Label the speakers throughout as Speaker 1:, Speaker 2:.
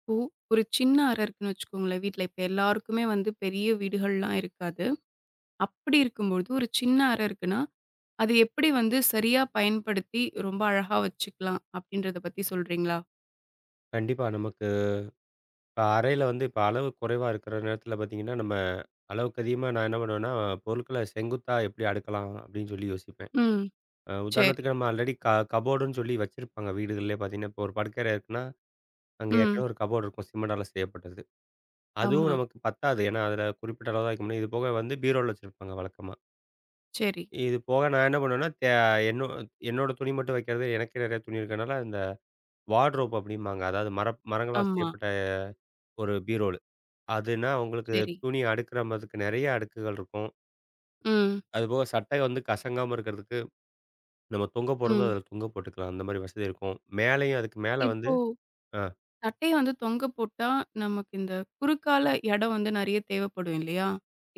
Speaker 1: இப்போ ஒரு சின்ன அறை இருக்குன்னு வச்சுக்கோங்களேன் வீட்ல. இப்ப எல்லாருக்குமே வந்து பெரிய வீடுகள்லாம் இருக்காது. அப்படி இருக்கும்பொழுது ஒரு சின்ன அறை இருக்குன்னா, அது எப்படி வந்து சரியா பயன்படுத்தி ரொம்ப அழகா வச்சுக்கலாம் அப்படின்றத பத்தி சொல்றீங்களா?
Speaker 2: கண்டிப்பா. நமக்கு இப்ப அறையில வந்து இப்ப அளவு குறைவா இருக்கிற நேரத்தில பார்த்தீங்கன்னா, நம்ம அளவுக்கு அதிகமா நான் என்ன பண்ணுவேன்னா, பொருட்கள செங்குத்தா எப்படி அடுக்கலாம் அப்படின்னு சொல்லி யோசிப்பேன்.
Speaker 1: ம். சரி.
Speaker 2: உதாரணத்துக்கு நம்ம ஆல்ரெடி கபோர்டுன்னு சொல்லி வச்சிருப்பாங்க வீடுகள்லயே பார்த்தீங்கன்னா, இப்போ ஒரு படுக்கறை இருக்குன்னா, அங்க
Speaker 1: ம்.
Speaker 2: ஏற்கனவே ஒரு கபோர்டு இருக்கும் சிமெண்டால செய்யப்பட்டது. அதுவும்
Speaker 1: ஆமா.
Speaker 2: நமக்கு பத்தாது. ஏன்னா, அதில குறிப்பிட்ட அளவு தான் வைக்க முடியும். இது போக வந்து பீரோல வச்சிருப்பாங்க வழக்கமா.
Speaker 1: சரி.
Speaker 2: இது போக நான் என்ன பண்ணுவேன்னா, தே என்னோ என்னோட துணி மட்டும் வைக்கிறது எனக்கே நிறைய துணி இருக்கிறனால, இந்த வார்ட்ரோப் அப்படிம்பாங்க. அதாவது மரங்களால்
Speaker 1: ஆமா.
Speaker 2: செய்யப்பட்ட ஒரு பீரோ. அதுனா, உங்களுக்கு
Speaker 1: சரி.
Speaker 2: துணி அடுக்குற மாதுக்கு நெறைய அடுக்குகள் இருக்கும்.
Speaker 1: ம்.
Speaker 2: அதுபோக சட்டை வந்து கசங்காம இருக்கிறதுக்கு, நம்ம தொங்க போடுறது
Speaker 1: ம்.
Speaker 2: அதில தொங்க போட்டுக்கலாம். அந்த மாரி வசதி இருக்கும். மேலயும் அதுக்கு மேல வந்து
Speaker 1: இப்போ
Speaker 2: ஆ
Speaker 1: தட்டைய வந்து தொங்க போட்டா, நமக்கு இந்த குறுக்கால இடம் வந்து நெறைய தேவைப்படும் இல்லையா?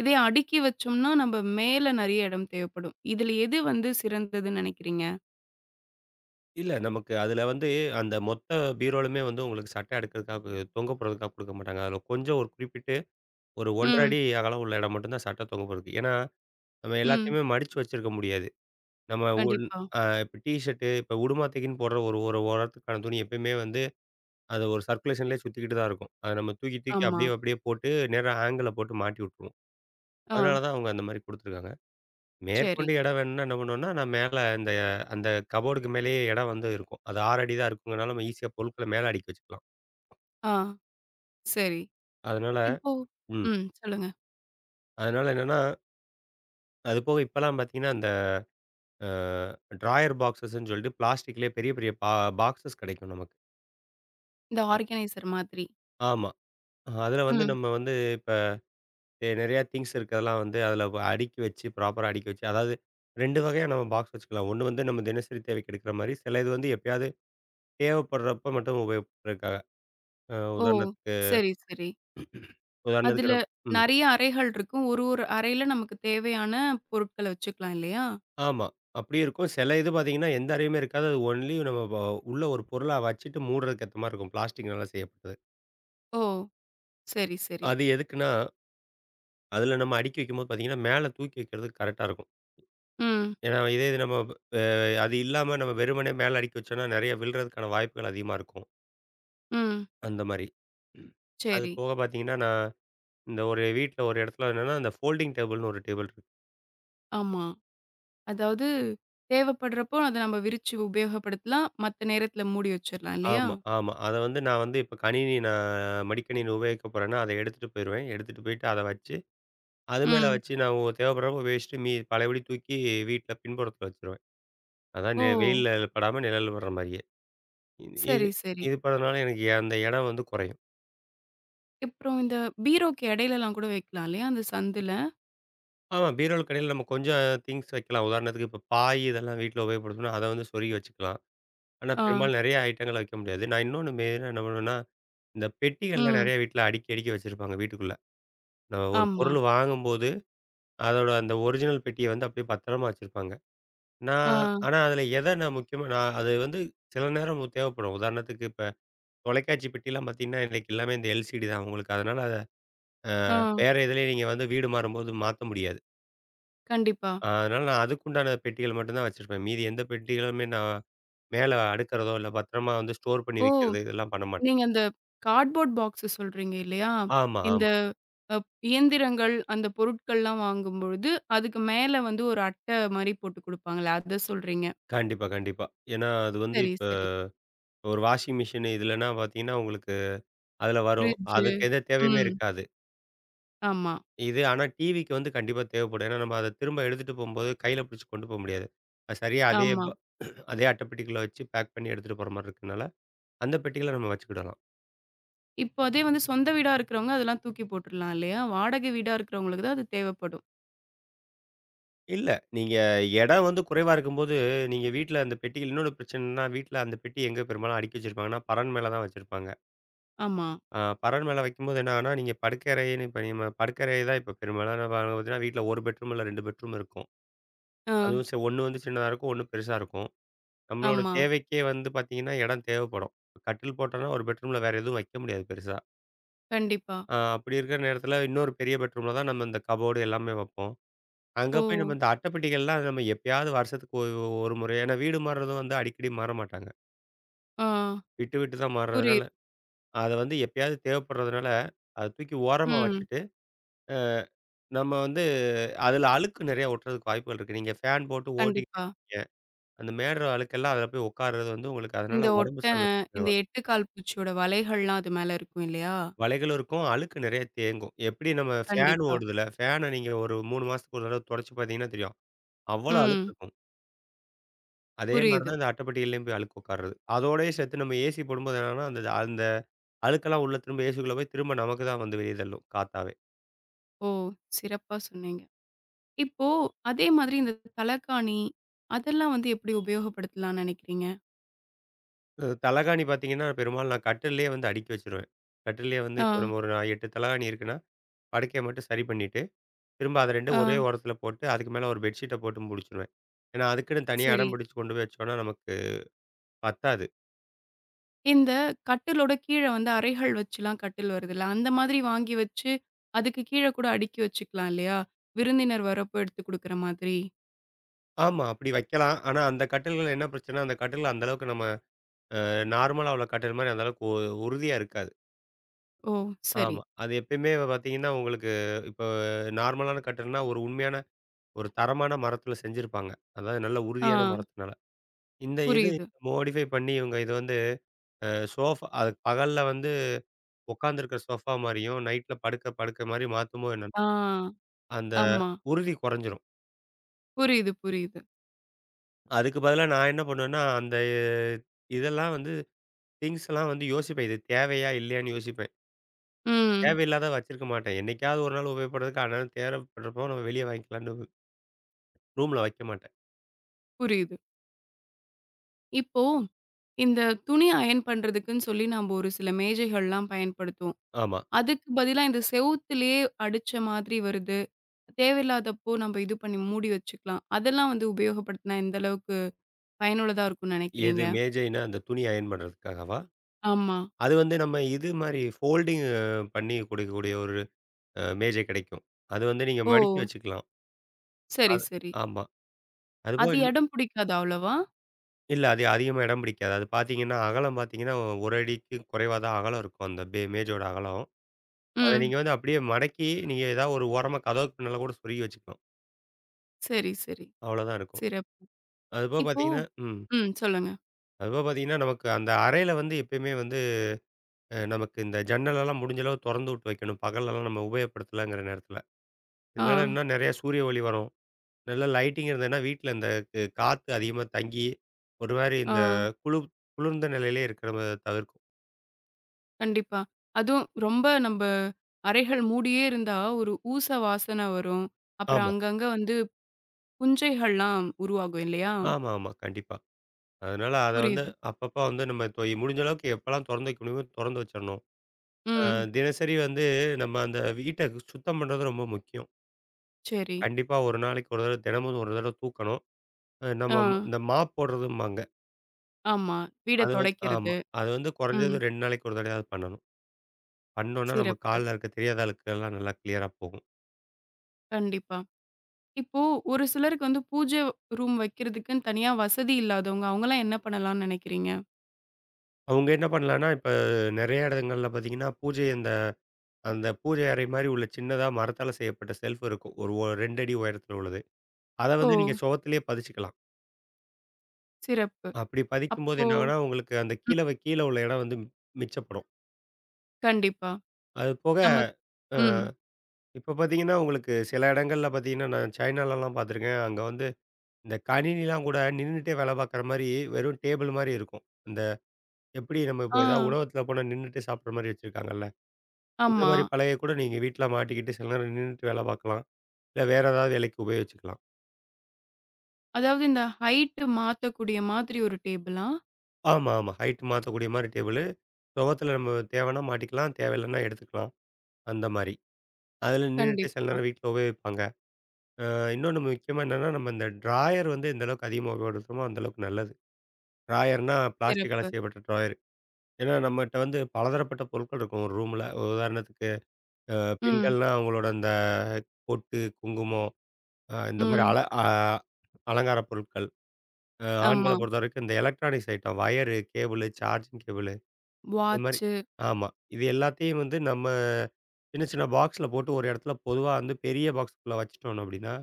Speaker 1: இதே அடுக்கி வச்சோம்னா, நம்ம மேல நெறைய இடம் தேவைப்படும். இதுல எது வந்து சிறந்ததுன்னு நினைக்கிறீங்க?
Speaker 2: இல்ல நமக்கு அதில வந்து அந்த மொத்த பீரோலுமே வந்து உங்களுக்கு சட்டை அடுக்கிறதுக்காக தொங்க போடுறதுக்காக குடுக்க மாட்டாங்க. அதில கொஞ்சம் ஒரு குறிப்பிட்டு ஒரு 1 1/2
Speaker 1: ம்.
Speaker 2: அடி அகலம் உள்ள இடம் மட்டும் தான் சட்டை தொங்க போடுறதுக்கு. ஏன்னா, நம்ம
Speaker 1: ம்.
Speaker 2: எல்லாத்தையுமே மடிச்சு வச்சிருக்க முடியாது. நம்ம ஒன்
Speaker 1: கண்டிப்பா.
Speaker 2: அ இப்ப டீ ஷர்ட்டு, இப்ப உடுமாத்தைக்குன்னு போடுற ஒரு ஒரு ஓரத்துக்கான துணி எப்பயுமே வந்து அது ஒரு சர்க்குலேஷன்லேயே சுத்திக்கிட்டு தான் இருக்கும். அத நம்ம தூக்கி, தூக்கி
Speaker 1: ஆமா.
Speaker 2: அப்படியே, அப்படியே போட்டு நேரா ஆங்கில போட்டு மாட்டி விட்டுருவோம்.
Speaker 1: ஆ.
Speaker 2: அதனால தான் அவங்க அந்த மாரி குடுத்துருக்காங்க.
Speaker 1: சரி.
Speaker 2: மேற்கொண்டு இடம் வேணும்னா என்ன பண்ணுவோம்னா, நான் மேல இந்த அந்த கபோர்டுக்கு மேலேயே இடம் வந்து இருக்கும். அது 6 அடி தான் இருக்குங்கிறனால நம்ம ஈஸியா பொருட்கள மேல அடுக்கி வச்சுக்கலாம்.
Speaker 1: ஆ. சரி.
Speaker 2: அதனால
Speaker 1: இப்போ
Speaker 2: ம்.
Speaker 1: ம். சொல்லுங்க.
Speaker 2: அதனால என்னன்னா, அது போக இப்பலாம் பார்த்தீங்கன்னா, அந்த அ ட்ராயர் பாக்ஸஸ்ன்னு சொல்லிட்டு பிளாஸ்டிக்லேயே பெரிய, பெரிய பாக்ஸஸ் கிடைக்கும் நமக்கு.
Speaker 1: இந்த ஆர்கனைசர் மாதிரி.
Speaker 2: ஆமா. அதுல வந்து
Speaker 1: ம்.
Speaker 2: நம்ம வந்து இப்ப எ நெறையா திங்ஸ் இருக்கிறதெல்லாம் வந்து அதில அடுக்கி வச்சு, ப்ராப்பரா அடுக்கி வச்சு, அதாவது 2 வகையா நம்ம பாக்ஸ் வச்சுக்கலாம். ஒண்ணு வந்து நம்ம தினசரி தேவைக்கு எடுக்கிற மாரி, சில இது வந்து எப்பயாவது தேவைப்படுறப்ப மட்டும் உபயோகப்படுறதுக்காக. அ
Speaker 1: ஓ!
Speaker 2: உதாரணத்துக்கு
Speaker 1: சரி, சரி.
Speaker 2: உதாரணத்துக்கு
Speaker 1: அதுல
Speaker 2: நம் ம்.
Speaker 1: நெறைய அறைகள் இருக்கும். ஒரு ஒரு அறையில நமக்கு தேவையான பொருட்கள வச்சுக்கலாம் இல்லையா?
Speaker 2: ஆமா. அப்படியும் இருக்கும். சில இது பார்த்தீங்கன்னா, எந்த அறையுமே இருக்காது. அது ஒன்லி நம்ம உள்ள ஒரு பொருளா வச்சுட்டு மூடுறதுக்கு ஏத்த மாரி இருக்கும். பிளாஸ்டிக்னால செய்யப்பட்டது.
Speaker 1: ஓ! சரி, சரி.
Speaker 2: அது எதுக்குன்னா, அதில நம்ம அடுக்கி வைக்கும்போது பார்த்தீங்கன்னா, மேல தூக்கி வைக்கிறதுக்கு கரெக்ட்டா இருக்கும்.
Speaker 1: ம்.
Speaker 2: ஏன்னா, இதே இது நம்ம அது இல்லாம நம்ம வெறுமனே மேல அடுக்கி வச்சோம்னா, நெறைய விழுறதுக்கான வாய்ப்புகள் அதிகமா இருக்கும்.
Speaker 1: ம்.
Speaker 2: அந்த மாரி. ம். அது
Speaker 1: சரி.
Speaker 2: போக பார்த்தீங்கன்னா, நான் இந்த ஒரு வீட்ல ஒரு இடத்துல என்னன்னா, அந்த ஃபோல்டிங் டேபிள்னு ஒரு டேபிள் இருக்கு.
Speaker 1: ஆமா. அதாவது தேவைப்படுறப்போ அத நம்ம விரிச்சு உபயோகப்படுத்தலாம். மத்த நேரத்துல மூடி வச்சிரலாம் இல்லையா?
Speaker 2: ஆமா, ஆமா. அத வந்து நான் வந்து இப்ப கணினி நான் மடிக்கணினி உபயோகிக்க போறேன்னா, அத எடுத்துட்டு போயிருவேன். எடுத்துட்டு போயிட்டு அத வச்சு, அது மேல
Speaker 1: ம்.
Speaker 2: வச்சு நான் தேவைப்படுறப்ப உபயோகிச்சுட்டு, பழையபடி தூக்கி வீட்ல பின்புறத்துல வச்சுருவேன். அதான்
Speaker 1: ஓ!
Speaker 2: வெயில்ல படாம நிழல்ல படுற மாரியே. இது இது
Speaker 1: சரி, சரி.
Speaker 2: இது பண்ணதுனால எனக்கு அந்த இடம் வந்து குறையும்.
Speaker 1: அப்புறம் இந்த பீரோக்கு இடையிலலாம் கூட வைக்கலாம் இல்லையா? அந்த சந்துல.
Speaker 2: ஆமா, பீரோவுக்கு இடையில நம்ம கொஞ்சம் திங்ஸ் வைக்கலாம். உதாரணத்துக்கு இப்ப பாய் இதெல்லாம் வீட்ல உபயோகப்படுத்தணும்னா, அத வந்து சொருகி வச்சுக்கலாம். ஆனா,
Speaker 1: ஆ,
Speaker 2: பெரும்பாலும் நெறைய ஐட்டங்கள வைக்க முடியாது. நான் இன்னொன்னு மெயினா என்ன பண்ணுவேன்னா, இந்த பெட்டிகள்லாம்
Speaker 1: ம்.
Speaker 2: நெறைய வீட்ல அடிக்கி, அடிக்கி வச்சிருப்பாங்க வீட்டுக்குள்ள. நம்ம ஒரு
Speaker 1: ஆமா.
Speaker 2: பொருள் வாங்கும்போது, அதோட அந்த ஒரிஜினல் பெட்டிய வந்து அப்படியே பத்திரமா வச்சிருப்பாங்க.
Speaker 1: ஆ,
Speaker 2: நான் ஆனா, அதில எத நான் முக்கியமா நான் அது வந்து சில நேரம் நமக்கு தேவைப்படும். உதாரணத்துக்கு இப்ப தொலைக்காட்சி பெட்டிலாம் பார்த்தீங்கன்னா, இன்னைக்கு எல்லாமே இந்த எல்சிடி தான் உங்களுக்கு. அதனால அத அ
Speaker 1: ஆ.
Speaker 2: வேற எதுலயும் நீங்க வந்து வீடு மாறும்போது மாத்த முடியாது.
Speaker 1: கண்டிப்பா.
Speaker 2: அதனால நான் அதுக்குண்டான பெட்டிகள் மட்டும் தான் வச்சிருப்பேன். மீதி எந்த பெட்டிகளுமே நான் மேல அடுக்குறதோ, இல்ல பத்திரமா வந்து ஸ்டோர் பண்ணி
Speaker 1: ஓ!
Speaker 2: வைக்கிறது இதெல்லாம் பண்ண மாட்டேன்.
Speaker 1: நீங்க அந்த கார்ட்போர்ட் பாக்ஸ சொல்றீங்க இல்லையா?
Speaker 2: ஆமா,
Speaker 1: இந்த
Speaker 2: ஆமா.
Speaker 1: அ இயந்திரங்கள், அந்த பொருட்கள்லாம் வாங்கும்பொழுது, அதுக்கு மேல வந்து ஒரு அட்டை மாரி போட்டு குடுப்பாங்கல்ல, அத சொல்றீங்க.
Speaker 2: கண்டிப்பா, கண்டிப்பா. ஏன்னா அது வந்து
Speaker 1: சரி,
Speaker 2: இப்ப
Speaker 1: சரி.
Speaker 2: ஒரு வாஷிங் மிஷின் இதுலன்னா பார்த்தீங்கன்னா, உங்களுக்கு அதுல வரும்.
Speaker 1: ஃப்ரிட்ஜு.
Speaker 2: அதுக்கு எந்த தேவையுமே
Speaker 1: ம்.
Speaker 2: இருக்காது.
Speaker 1: ஆமா,
Speaker 2: இது ஆனா டிவிக்கு வந்து கண்டிப்பா தேவைப்படும். ஏன்னா நம்ம அத திரும்ப எடுத்துட்டு போம்போது கையில பிடிச்சு கொண்டு போ முடியாது. அது சரியா அதே
Speaker 1: ஆமா.
Speaker 2: ப அதே அட்டை பெட்டிக்குள்ள வச்சு பேக் பண்ணி எடுத்துட்டு போற மாரி இருக்கனால, அந்த பெட்டிகள நம்ம வச்சுக்கிடலாம்.
Speaker 1: இப்போ அதே வந்து சொந்த வீடா இருக்கிறவங்க அதெல்லாம் தூக்கி போட்டுறலாம் இல்லையா? வாடகை வீடா இருக்கிறவங்களுக்கு தான் அது தேவைப்படும்.
Speaker 2: இல்ல, நீங்க இடம் வந்து குறைவா இருக்கும்போது, நீங்க வீட்ல அந்த பெட்டிகள் இன்னொரு பிரச்சனைன்னா, வீட்ல அந்த பெட்டி எங்க பெரும்பாலும் அடுக்கி வச்சிருப்பாங்கன்னா, பரண் மேல தான் வச்சிருப்பாங்க.
Speaker 1: ஆமா.
Speaker 2: பறன் மேல வைக்கும்போது என்ன ஆகும்னா, நீங்க படுக்கறைன்னு இப்ப நம்ம படுக்கறை தான் இப்ப பெரும்பாலான பார்த்தீங்கன்னா, வீட்ல 1 பெட்ரூம் இல்ல 2 பெட்ரூம் இருக்கும்.
Speaker 1: ஆ,
Speaker 2: அதுவும் சரி ஒண்ணு வந்து சின்னதா இருக்கும், ஒண்ணு பெருசா இருக்கும். நம்மளோட
Speaker 1: ஆமா.
Speaker 2: தேவைக்கே வந்து பார்த்தீங்கன்னா, இடம் தேவைப்படும். இப்ப கட்டில் போட்டோம்னா, ஒரு பெட்ரூம்ல வேற எதுவும் வைக்க முடியாது பெருசா.
Speaker 1: கண்டிப்பா.
Speaker 2: அப்படி இருக்கிற நேரத்தில இன்னொரு பெரிய பெட்ரூம்ல தான் நம்ம இந்த கபோர்டு எல்லாமே வைப்போம். அங்க
Speaker 1: ஓ!
Speaker 2: போய் நம்ம இந்த அட்டைப்பெட்டிகள்லாம் நம்ம எப்பயாவது வருஷத்துக்கு ஒ ஒரு முறை ஏன்னா வீடு மாறுறதும் வந்து அடிக்கடி மாற மாட்டாங்க.
Speaker 1: ஆ.
Speaker 2: விட்டு விட்டு தான் மாறுறதுனால,
Speaker 1: புரியுது.
Speaker 2: அத வந்து எப்பயாவது தேவைப்படுறதுனால, அத தூக்கி ஓரமா
Speaker 1: ம்.
Speaker 2: வச்சுட்டு நம்ம வந்து அதில அழுக்கு நெறையா ஒட்டுறதுக்கு வாய்ப்புகள் இருக்கு. நீங்க ஃபேன் போட்டு ஓட்டிக்கிட்டே
Speaker 1: கண்டிப்பா.
Speaker 2: இருக்கீங்க. அந்த மேடுற அழுக்கெல்லாம் அதில போய் உட்கார்றது வந்து உங்களுக்கு
Speaker 1: இந்த
Speaker 2: அதனால உடம்பு
Speaker 1: ஒட்டை,
Speaker 2: சார்ந்த பிரச்சனை
Speaker 1: இந்த
Speaker 2: வரும்.
Speaker 1: 8 கால் பூச்சியோட வலைகள்லாம் அது மேல இருக்கும் இல்லையா?
Speaker 2: வலைகளும் இருக்கும். அழுக்கு நெறைய தேங்கும். எப்படி நம்ம ஃபேன்
Speaker 1: கண்டிப்பா.
Speaker 2: ஓடுதுல, ஃபேன நீங்க ஒரு 3 மாசத்துக்கு ஒரு தடவ தொடச்சு பார்த்தீங்கன்னா தெரியும். அவ்வளோ அழுக்கு
Speaker 1: ம்.
Speaker 2: இருக்கும். அதே மாரி
Speaker 1: புரியுது.
Speaker 2: தான் இந்த அட்டைப்பெட்டிகள்லயும் போய் அழுக்கு உட்காருது. அதோடயே சேர்த்து நம்ம ஏசி போடும்போது என்னன்னா, அந்த அந்த அழுக்கெல்லாம் உள்ள திரும்ப ஏசிக்குள்ள போய் திரும்ப நமக்கு தான் வந்து வெளிய தள்ளும் காத்தாவே.
Speaker 1: ஓ! சிறப்பா சொன்னீங்க. இப்போ அதே மாதிரி இந்த தலகாணி, அதெல்லாம் வந்து எப்படி உபயோகப்படுத்தலாம்னு நெனைக்கிறீங்க?
Speaker 2: தலகாணி பார்த்தீங்கன்னா, பெரும்பாலும் நான் கட்டில்லயே வந்து அடுக்கி வச்சுருவேன். கட்டில்லயே வந்து
Speaker 1: ஆ,
Speaker 2: இப்போ நம்ம ஒரு 8 தலகாணி இருக்குன்னா படுக்கைய மட்டும் சரி பண்ணிட்டு, திரும்ப அத
Speaker 1: ஆ.
Speaker 2: 2ம் ஒரே ஓரத்துல போட்டு, அதுக்கு மேல ஒரு பெட்ஷீட்ட போட்டு முடிச்சுருவேன். ஏன்னா, அதுக்குன்னு தனியா
Speaker 1: சரி.
Speaker 2: இடம் பிடிச்சு கொண்டு போய் வச்சோம்னா நமக்கு பத்தாது.
Speaker 1: இந்த கட்டிலோட கீழ வந்து அறைகள் வச்சுலாம் கட்டில் வருதுல்ல, அந்த மாதிரி வாங்கி வச்சு, அதுக்கு கீழ கூட அடுக்கி வச்சுக்கலாம் இல்லையா? விருந்தினர் வரப்போ எடுத்து குடுக்குற மாதிரி.
Speaker 2: ஆமா, அப்படி வைக்கலாம். ஆனா, அந்த கட்டில்கள் என்ன பிரச்சனைனா, அந்த கட்டில் அந்த அளவுக்கு நம்ம நார்மலா உள்ள கட்டில் மாரி அந்த அளவுக்கு உறுதியா இருக்காது.
Speaker 1: ஓ! சரி.
Speaker 2: ஆமா. அது எப்பயுமே பார்த்தீங்கன்னா, உங்களுக்கு இப்போ நார்மலான கட்டில்னா, ஒரு உண்மையான ஒரு தரமான மரத்துல செஞ்சிருப்பாங்க. அதாவது நல்ல
Speaker 1: ஆ,
Speaker 2: உறுதியான மரத்தினால. இந்த இது
Speaker 1: புரியுது.
Speaker 2: மாடிஃபை பண்ணி இவங்க இது வந்து அ சோஃபா அது பகல்ல வந்து உட்காந்துருக்கிற சோஃபா மாரியும், நைட்ல படுக்க படுக்கை மாரி மாத்துமோ என்னன்னு,
Speaker 1: ஆ,
Speaker 2: அந்த
Speaker 1: ஆமா.
Speaker 2: உறுதி குறைஞ்சிரும்.
Speaker 1: புரியுது, புரியுது.
Speaker 2: அதுக்கு பதிலா நான் என்ன பண்ணுவேன்னா, அந்த இதெல்லாம் வந்து திங்ஸ்லாம் வந்து யோசிப்பேன். இது தேவையா? இல்லையான்னு யோசிப்பேன்.
Speaker 1: ம்.
Speaker 2: தேவையில்லாத வச்சிருக்க மாட்டேன். என்னைக்காவது ஒரு நாள் உபயோகப்படுறதுக்கு அந்நேரம் தேவைப்படுறப்போ நம்ம வெளிய வாங்கிக்கலான்னு ரூம்ல வைக்க மாட்டேன்.
Speaker 1: புரியுது. இப்போ இந்த துணி அயர்ன் பண்றதுக்குன்னு சொல்லி நம்ப ஒரு சில மேஜைகள்லாம் பயன்படுத்துவோம்.
Speaker 2: ஆமா.
Speaker 1: அதுக்கு பதிலா இந்த செவுத்துலயே அடிச்ச மாதிரி வருது. தேவையில்லாதப்போ நம்ப இது பண்ணி மூடி வச்சுக்கலாம். அதெல்லாம் வந்து உபயோகப்படுத்தினா எந்த அளவுக்கு பயனுள்ளதா இருக்கும்னு நெனைக்கிறீங்க?
Speaker 2: எது மேஜைனா அந்த துணி அயர்ன் பண்ணுறதுக்காகவா?
Speaker 1: ஆமா.
Speaker 2: அது வந்து நம்ம இது மாரி ஃபோல்டிங் பண்ணி கொடுக்கக்கூடிய ஒரு மேஜை கிடைக்கும். அது வந்து நீங்க
Speaker 1: ஓ!
Speaker 2: மடிக்கி வச்சுக்கலாம்.
Speaker 1: சரி,
Speaker 2: அது
Speaker 1: சரி.
Speaker 2: ஆமா. அதுபோக
Speaker 1: அது இடம் பிடிக்காதா அவ்வளவா?
Speaker 2: இல்ல. அது அதிகமா இடம் பிடிக்காது. அது பார்த்தீங்கன்னா, அகலம் பார்த்தீங்கன்னா, 1 அடிக்கு குறைவா தான் அகலம் இருக்கும். அந்த மேஜோட அகலம். அத
Speaker 1: ம்.
Speaker 2: நீங்க வந்து அப்படியே மடக்கி, நீங்க ஏதாவது ஒரு ஓரமா கதவுக்கு பின்னால கூட சொருகி வச்சுக்கலாம்.
Speaker 1: சரி, சரி.
Speaker 2: அவ்வளோதான் இருக்கும்.
Speaker 1: சிறப்பு.
Speaker 2: அதுபோக
Speaker 1: இப்போ
Speaker 2: பார்த்தீங்கன்னா ம்.
Speaker 1: ம். சொல்லுங்க.
Speaker 2: அதுபோக பார்த்தீங்கன்னா, நமக்கு அந்த அறையில வந்து எப்பயுமே வந்து நமக்கு இந்த ஜன்னலெல்லாம் முடிஞ்ச அளவு தொறந்து விட்டு வைக்கணும். பகல்லலாம் நம்ம உபயோகப்படுத்தலங்கிற நேரத்தில.
Speaker 1: ஆ,
Speaker 2: இதனால இன்னும் நிறைய சூரிய ஒளி வரும். நல்ல லைட்டிங் இருந்ததுன்னா, வீட்ல இந்த காத்து அதிகமா தங்கி, ஒரு மாரி
Speaker 1: ஆ.
Speaker 2: இந்த குளு குளிர்ந்த நிலையிலே இருக்கிறத தவிர்க்கும்.
Speaker 1: கண்டிப்பா. அதுவும் ரொம்ப நம்ப அறைகள் மூடியே இருந்தா, ஒரு ஊச வாசனை வரும். அப்புறம்
Speaker 2: ஆமா.
Speaker 1: அங்கங்க வந்து புஞ்சைகள்லாம் உருவாகும் இல்லையா?
Speaker 2: ஆமாமா. கண்டிப்பா. அதனால அத வந்து
Speaker 1: புரியுது.
Speaker 2: அப்பப்ப வந்து நம்ம முடிஞ்ச அளவுக்கு எப்பலாம் தொறந்து வைக்க முடியுமோ தொறந்து வச்சிரணும். அ
Speaker 1: ம்.
Speaker 2: தினசரி வந்து நம்ம அந்த வீட்ட சுத்தம் பண்றது ரொம்ப முக்கியம்.
Speaker 1: சரி.
Speaker 2: கண்டிப்பா 1 நாளைக்கு 1 தடவ தினமும் 1 தடவ தூக்கணும். அ
Speaker 1: ஆ.
Speaker 2: நம்ம ம இந்த மாப் போடுறதும்பாங்க.
Speaker 1: ஆமா. வீட
Speaker 2: அது வந்து ஆமா.
Speaker 1: துடைக்கிறது.
Speaker 2: அது வந்து
Speaker 1: ம்.
Speaker 2: குறைஞ்சது 2 நாளைக்கு 1 தடவையாவது பண்ணணும். பண்ணோம்னா நம்ம
Speaker 1: சிறப்பு.
Speaker 2: கால்ல இருக்க தெரியாத அழுக்கெல்லாம் நல்லா கிளியரா போகும்.
Speaker 1: கண்டிப்பா. இப்போ ஒரு சிலருக்கு வந்து பூஜை ரூம் வைக்கிறதுக்குன்னு தனியா வசதி இல்லாதவங்க, அவங்கலாம் என்ன பண்ணலாம்னு நினைக்கிறீங்க?
Speaker 2: அவங்க என்ன பண்ணலான்னா, இப்ப நெறைய இடங்கள்ல பார்த்தீங்கன்னா, பூஜை அந்த அந்த பூஜை அறை மாரி உள்ள சின்னதா மரத்தால செய்யப்பட்ட ஷெல்ஃப் இருக்கும். ஒரு ஒ 2 அடி உயரத்தில உள்ளது. அத
Speaker 1: ஓ!
Speaker 2: வந்து நீங்க சுவத்திலேயே பதிச்சுக்கலாம்.
Speaker 1: சிறப்பு.
Speaker 2: அப்படி பதிக்கும்போது
Speaker 1: அப்போ
Speaker 2: என்ன ஆகும்னா, உங்களுக்கு அந்த
Speaker 1: ம்.
Speaker 2: கீழ உள்ள இடம் வந்து மிச்சப்படும்.
Speaker 1: கண்டிப்பா.
Speaker 2: அது போக
Speaker 1: நமக்
Speaker 2: அ
Speaker 1: ம்.
Speaker 2: இப்ப பார்த்தீங்கன்னா, உங்களுக்கு சில இடங்கள்ல பார்த்தீங்கன்னா, நான் சைனாலலாம் பார்த்துருக்கேன். அங்க வந்து இந்த கணினிலாம் கூட நின்னுட்டே வேலை பார்க்குற மாரி வெறும் டேபிள் மாரி இருக்கும். அந்த எப்படி நம்ம இப்ப ஏதாவது
Speaker 1: ஆ.
Speaker 2: உணவகத்துல போனா நின்னுட்டு சாப்பிடுற மாரி வச்சிருக்காங்கல்ல. அந்த
Speaker 1: ஆமா.
Speaker 2: மாரி பலகை கூட நீங்க வீட்ல மாட்டிக்கிட்டு சில நேரம் நின்னுட்டு வேலை பார்க்கலாம். இல்ல வேற ஏதாவது வேலைக்கு உபயோகிச்சுக்கலாம்.
Speaker 1: அதாவது இந்த ஹைட் மாத்தக்கூடிய மாதிரி ஒரு டேபிளா?
Speaker 2: ஆமா, ஆமா. ஹைட் மாத்தக்கூடிய மாரி டேபிளு. சுவத்துல நம்ம தேவைன்னா மாட்டிக்கலாம். தேவையில்லன்னா எடுத்துக்கலாம். அந்த மாரி. அதுல நின்னுட்டு சில
Speaker 1: கண்டிப்பா.
Speaker 2: நேரம் வீட்ல உபயோகிப்பாங்க. இன்னொன்னு முக்கியமா என்னன்னா, நம்ம இந்த ட்ராயர் வந்து எந்த அளவுக்கு அதிகமா உபயோகப்படுத்துறோமோ, அந்த அளவுக்கு நல்லது. ட்ராயர்னா பிளாஸ்டிக்கால
Speaker 1: சிறப்பு.
Speaker 2: செய்யப்பட்ட ட்ராயர். ஏன்னா, நம்மட்ட வந்து பலதரப்பட்ட பொருட்கள் இருக்கும் ஒரு ரூம்ல. உதாரணத்துக்கு அ
Speaker 1: ம்,
Speaker 2: பெண்கள்னா அவங்களோட அந்த பொட்டு, குங்குமம் அ இந்த மாரி
Speaker 1: ம்.
Speaker 2: அல அ அலங்கார பொருட்கள். ஆண்கள
Speaker 1: ஆமா.
Speaker 2: பொறுத்தவரைக்கும் இந்த electronics item wire, cable, charging cable இது மாரி
Speaker 1: வாட்ச்சு.
Speaker 2: ஆமா. இது எல்லாத்தையும் வந்து நம்ம சின்ன சின்ன பாக்ஸ்ல போட்டு ஒரு இடத்துல பொதுவா வந்து பெரிய பாக்ஸ்க்குள்ள வச்சுட்டோம் அப்படின்னா,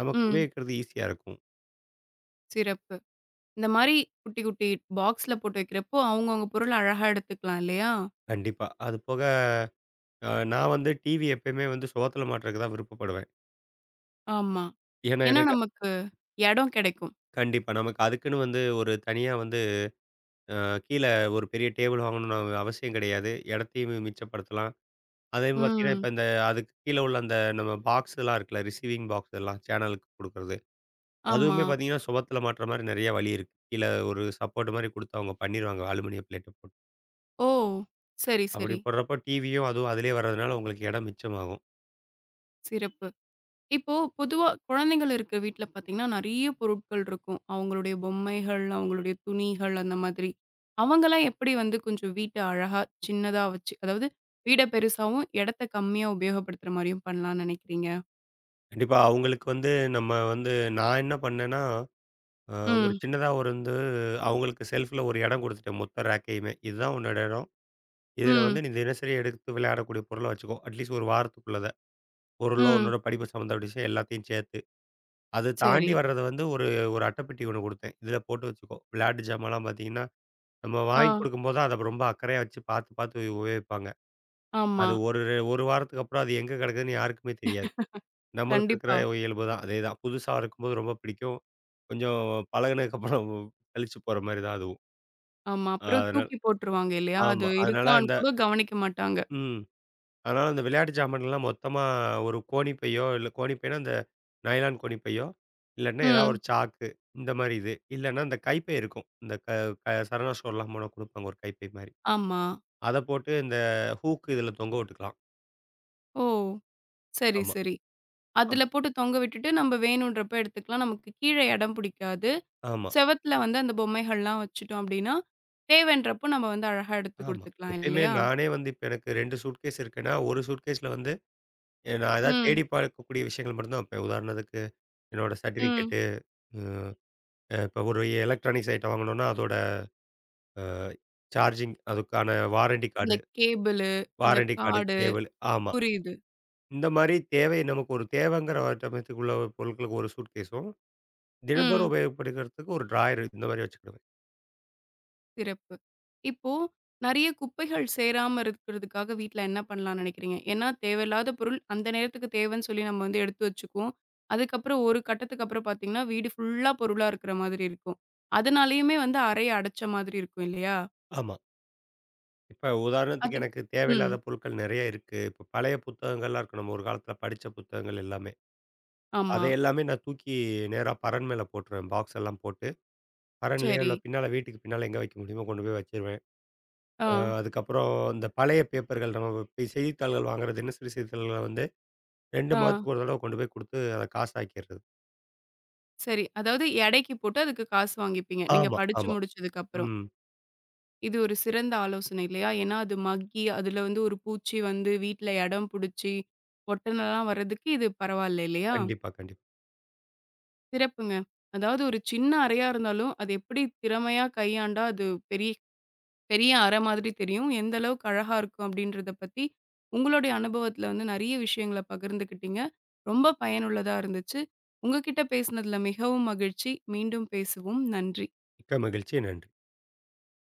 Speaker 2: நமக்கு
Speaker 1: ம்.
Speaker 2: உபயோகிக்கிறது ஈஸியா இருக்கும்.
Speaker 1: சிறப்பு. இந்த மாரி குட்டி, குட்டி பாக்ஸ்ல போட்டு வைக்கிறப்போ, அவங்கவங்க பொருள அழகா எடுத்துக்கலாம் இல்லையா?
Speaker 2: கண்டிப்பா. அது போக நான் வந்து டிவி எப்பயுமே வந்து சுவத்துல மாட்டுறதுக்கு தான் விருப்பப்படுவேன்.
Speaker 1: ஆமா.
Speaker 2: ஏன்னா
Speaker 1: ஏன்னா
Speaker 2: எனக்கு
Speaker 1: நமக்கு எடம் கெடைக்கும்.
Speaker 2: கண்டிப்பா. நமக்கு அதுக்குன்னு வந்து ஒரு தனியா வந்து அ கீழ ஒரு பெரிய டேபிள் வாங்கணும்னு அவசியம் கிடையாது. இடத்தையும் மிச்சப்படுத்தலாம். அதையும் பார்த்தீங்கன்னா,
Speaker 1: ம்.
Speaker 2: இப்ப இந்த அதுக்கு கீழ உள்ள அந்த நம்ம பாக்ஸ்லாம் இருக்குல்ல, ரிசீவிங் பாக்ஸ் எல்லாம் சேனலுக்கு குடுக்குறது.
Speaker 1: ஆமா.
Speaker 2: அதுவுமே பார்த்தீங்கன்னா, சுவத்துல மாட்டுற மாரி நெறைய வழி இருக்கு. கீழ ஒரு சப்போர்ட் மாரி குடுத்து அவங்க பண்ணிருவாங்க. அலுமினியம் பிளேட்ட போட்டு.
Speaker 1: ஓ! சரி,
Speaker 2: அப்படி
Speaker 1: சரி.
Speaker 2: போடுறப்போ டிவியும் அதுவும் அதிலேயே வர்றதுனால உங்களுக்கு இடம் மிச்சமாகும்.
Speaker 1: சிறப்பு. இப்போ பொதுவா குழந்தைகள் இருக்கிற வீட்ல பார்த்தீங்கன்னா, நெறைய பொருட்கள் இருக்கும். அவங்களுடைய பொம்மைகள், அவங்களுடைய துணிகள் அந்த மாதிரி. அவங்கலாம் எப்படி வந்து கொஞ்சம் வீட்ட அழகா, சின்னதா வச்சு அதாவது வீட பெருசாவும், இடத்த கம்மியா உபயோகப்படுத்துற மாரியும் பண்ணலாம்னு நெனைக்கிறீங்க?
Speaker 2: கண்டிப்பா அவங்களுக்கு வந்து நம்ம வந்து நான் என்ன பண்ணேன்னா அ ஒரு
Speaker 1: ம்,
Speaker 2: சின்னதா ஒரு வந்து அவங்களுக்கு செல்ஃப்ல ஒரு இடம் குடுத்துட்டேன் மொத்த ரேக்கையுமே. இதுதான் உன்னோட இடம். இதுல
Speaker 1: ம்,
Speaker 2: வந்து நீ தினசரி எடுத்து விளையாடக்கூடிய பொருள வச்சுக்கோ. அட்லீஸ்ட் ஒரு வாரத்துக்குள்ளத. பொருளோ,
Speaker 1: ம்.
Speaker 2: உன்னோட படிப்பு சம்மந்தப்பட்ட விஷயம் எல்லாத்தையும் சேர்த்து. அது
Speaker 1: சரி.
Speaker 2: தாண்டி வர்றத வந்து ஒரு ஒரு அட்டைப்பெட்டி ஒண்ணு குடுத்தேன். இதுல போட்டு வச்சுக்கோ. விளையாட்டு ஜாமான்லாம் பார்த்தீங்கன்னா, நம்ம
Speaker 1: ஆ,
Speaker 2: வாங்கி குடுக்கும்போது அத ரொம்ப அக்கறையா வச்சு பார்த்து பார்த்து உபயோகிப்பாங்க.
Speaker 1: ஆமா.
Speaker 2: அது ஒரு 1 வாரத்துக்கு அப்புறம் அது எங்க கிடக்குதுன்னு யாருக்குமே தெரியாது. நம்மளுக்கு இருக்கிற
Speaker 1: கண்டிப்பா.
Speaker 2: இயல்பு தான். அதேதான். புதுசா இருக்கும்போது ரொம்ப பிடிக்கும். கொஞ்சம் பழகுனதுக்கப்புறம் சலிச்சு போற மாரி தான் அதுவும்.
Speaker 1: ஆமா. அப்புறம்
Speaker 2: அதனால
Speaker 1: தூக்கி போட்டுருவாங்க இல்லையா? அது
Speaker 2: ஆமா. அதனால அந்த
Speaker 1: இருக்கான்னு கூட கவனிக்க மாட்டாங்க.
Speaker 2: ம். அதனால அந்த விளையாட்டு ஜாமான்கள்லாம் மொத்தமா ஒரு கோணிப்பையோ, இல்ல கோணிப்பைனா அந்த நைலான் கோணிப்பையோ, இல்லாட்டினா ஏதாவது ஒரு
Speaker 1: ம்.
Speaker 2: சாக்கு இந்த மாரி இது. இல்லன்னா இந்த கைப்பை இருக்கும். இந்த க க சரவணா ஸ்டோர்லாம் போனா குடுப்பாங்க ஒரு கைப்பை மாரி.
Speaker 1: ஆமா.
Speaker 2: அத போட்டு இந்த ஹூக் இதுல தொங்க விட்டுக்கலாம்.
Speaker 1: ஓ! சரி,
Speaker 2: ஆமா.
Speaker 1: சரி.
Speaker 2: அப்
Speaker 1: அதுல போட்டு தொங்க விட்டுட்டு நம்ம வேணுன்றப்ப எடுத்துக்கலாம். நமக்கு கீழ இடம் புடிக்காது.
Speaker 2: ஆமா,
Speaker 1: செவுத்துல வந்து அந்த பொம்மைகள்லாம் வச்சுட்டோம் அப்டின்னா, தேவைன்றப்போ நம்ம வந்து அழகா எடுத்து
Speaker 2: ஆமா.
Speaker 1: குடுத்துக்கலாம்
Speaker 2: எப்பயுமே
Speaker 1: இல்லையா?
Speaker 2: நானே வந்து இப்ப எனக்கு 2 சூட்கேஸ் இருக்குன்னா, ஒரு சூட்கேஸ்ல வந்து நான் ஏதாவது தேடி
Speaker 1: ம்,
Speaker 2: பார்க்கக்கூடிய விஷயங்கள் மட்டும் தான் வைப்பேன். உதாரணத்துக்கு என்னோட
Speaker 1: ம்.
Speaker 2: சர்டிஃபிகேட்டு, ம் அ இப்ப ஒரு எலக்ட்ரானிக்ஸ் ஐட்டம் வாங்கணும்னா அதோட சார்ஜிங் அதுக்கான வாரண்டி
Speaker 1: அந்த
Speaker 2: கார்டு,
Speaker 1: கேபிளு, அந்த கார்டு
Speaker 2: கேபிள். ஆமா.
Speaker 1: புரியுது.
Speaker 2: இந்த மாரி தேவை நமக்கு ஒரு தேவைங்கிற சமயத்துக்குள்ள பொருட்களுக்கு ஒரு சூட்கேஸும், தினந்தோறும்
Speaker 1: ம்.
Speaker 2: உபயோகப்படுத்துறதுக்கு ஒரு ட்ராயர் இந்த மாரி வச்சுக்கிடுவேன்.
Speaker 1: சிறப்பு. இப்போ நெறைய குப்பைகள் சேராம இருக்கிறதுக்காக வீட்ல என்ன பண்ணலாம்னு நெனைக்கிறீங்க? ஏன்னா தேவையில்லாத பொருள் அந்த நேரத்துக்கு தேவைன்னு சொல்லி நம்ம வந்து எடுத்து வச்சுக்குவோம். அதுக்கப்புறம் ஒரு கட்டத்துக்கு அப்புறம் பார்த்தீங்கன்னா, வீடு ஃபுல்லா பொருளா இருக்கிற மாதிரி இருக்கும். அதனாலயுமே வந்து அறைய அடைச்ச மாதிரி இருக்கும் இல்லையா?
Speaker 2: ஆமா. இப்ப உதாரணத்துக்கு
Speaker 1: அதுக்
Speaker 2: எனக்கு
Speaker 1: ம்.
Speaker 2: தேவையில்லாத பொருட்கள் நெறைய இருக்கு. இப்ப பழைய புத்தகங்கள்லாம் இருக்கு. நம்ம ஒரு காலத்தில படிச்ச புத்தகங்கள் எல்லாமே. அத
Speaker 1: ஆமா.
Speaker 2: எல்லாமே நான் தூக்கி நேரா பரண் மேல போட்டுருவேன். பாக்ஸ் எல்லாம் போட்டு, பரண்லயோ
Speaker 1: சரி.
Speaker 2: இல்ல பின்னால வீட்டுக்கு பின்னால எங்க வைக்க முடியுமோ கொண்டு போய் வச்சுருவேன்.
Speaker 1: ஆ,
Speaker 2: அதுக்கப்புறம் இந்த பழைய பேப்பர்கள் நம்ம இப்ப செய்தித்தாள்கள் வாங்குற தினசரி செய்தித்தாள்கள வந்து 2
Speaker 1: ஆ.
Speaker 2: மாதத்துக்கு ஒரு தடவ கொண்டு போய் குடுத்து, அத காசாக்கிறது.
Speaker 1: சரி. அதாவது எடைக்கு போட்டு அதுக்கு காசு வாங்கிப்பீங்க. நீங்க
Speaker 2: ஆமா,
Speaker 1: படிச்சு
Speaker 2: ஆமா.
Speaker 1: முடிச்சதுக்கப்புறம்.
Speaker 2: ம்.
Speaker 1: இது ஒரு சிறந்த ஆலோசனை இல்லையா? ஏன்னா அது மக்கி, அதுல வந்து ஒரு பூச்சி வந்து வீட்ல இடம் புடிச்சு, ஒட்டனெல்லாம் வர்றதுக்கு இது பரவால்ல இல்லையா?
Speaker 2: கண்டிப்பா, கண்டிப்பா.
Speaker 1: சிறப்புங்க. அதாவது ஒரு சின்ன அறையா இருந்தாலும், அது எப்படி திறமையா கையாண்டா அது பெரிய பெரிய அறை மாதிரி தெரியும். எந்த அளவுக்கு அழகா இருக்கும் அப்படின்றத பத்தி, உங்களுடைய அனுபவத்துல வந்து நெறைய விஷயங்கள பகிர்ந்துக்கிட்டீங்க. ரொம்ப பயனுள்ளதா இருந்துச்சு. உங்க கிட்ட பேசினதுல மிகவும் மகிழ்ச்சி. மீண்டும் பேசுவோம். நன்றி.
Speaker 2: மிக்க மகிழ்ச்சி. நன்றி.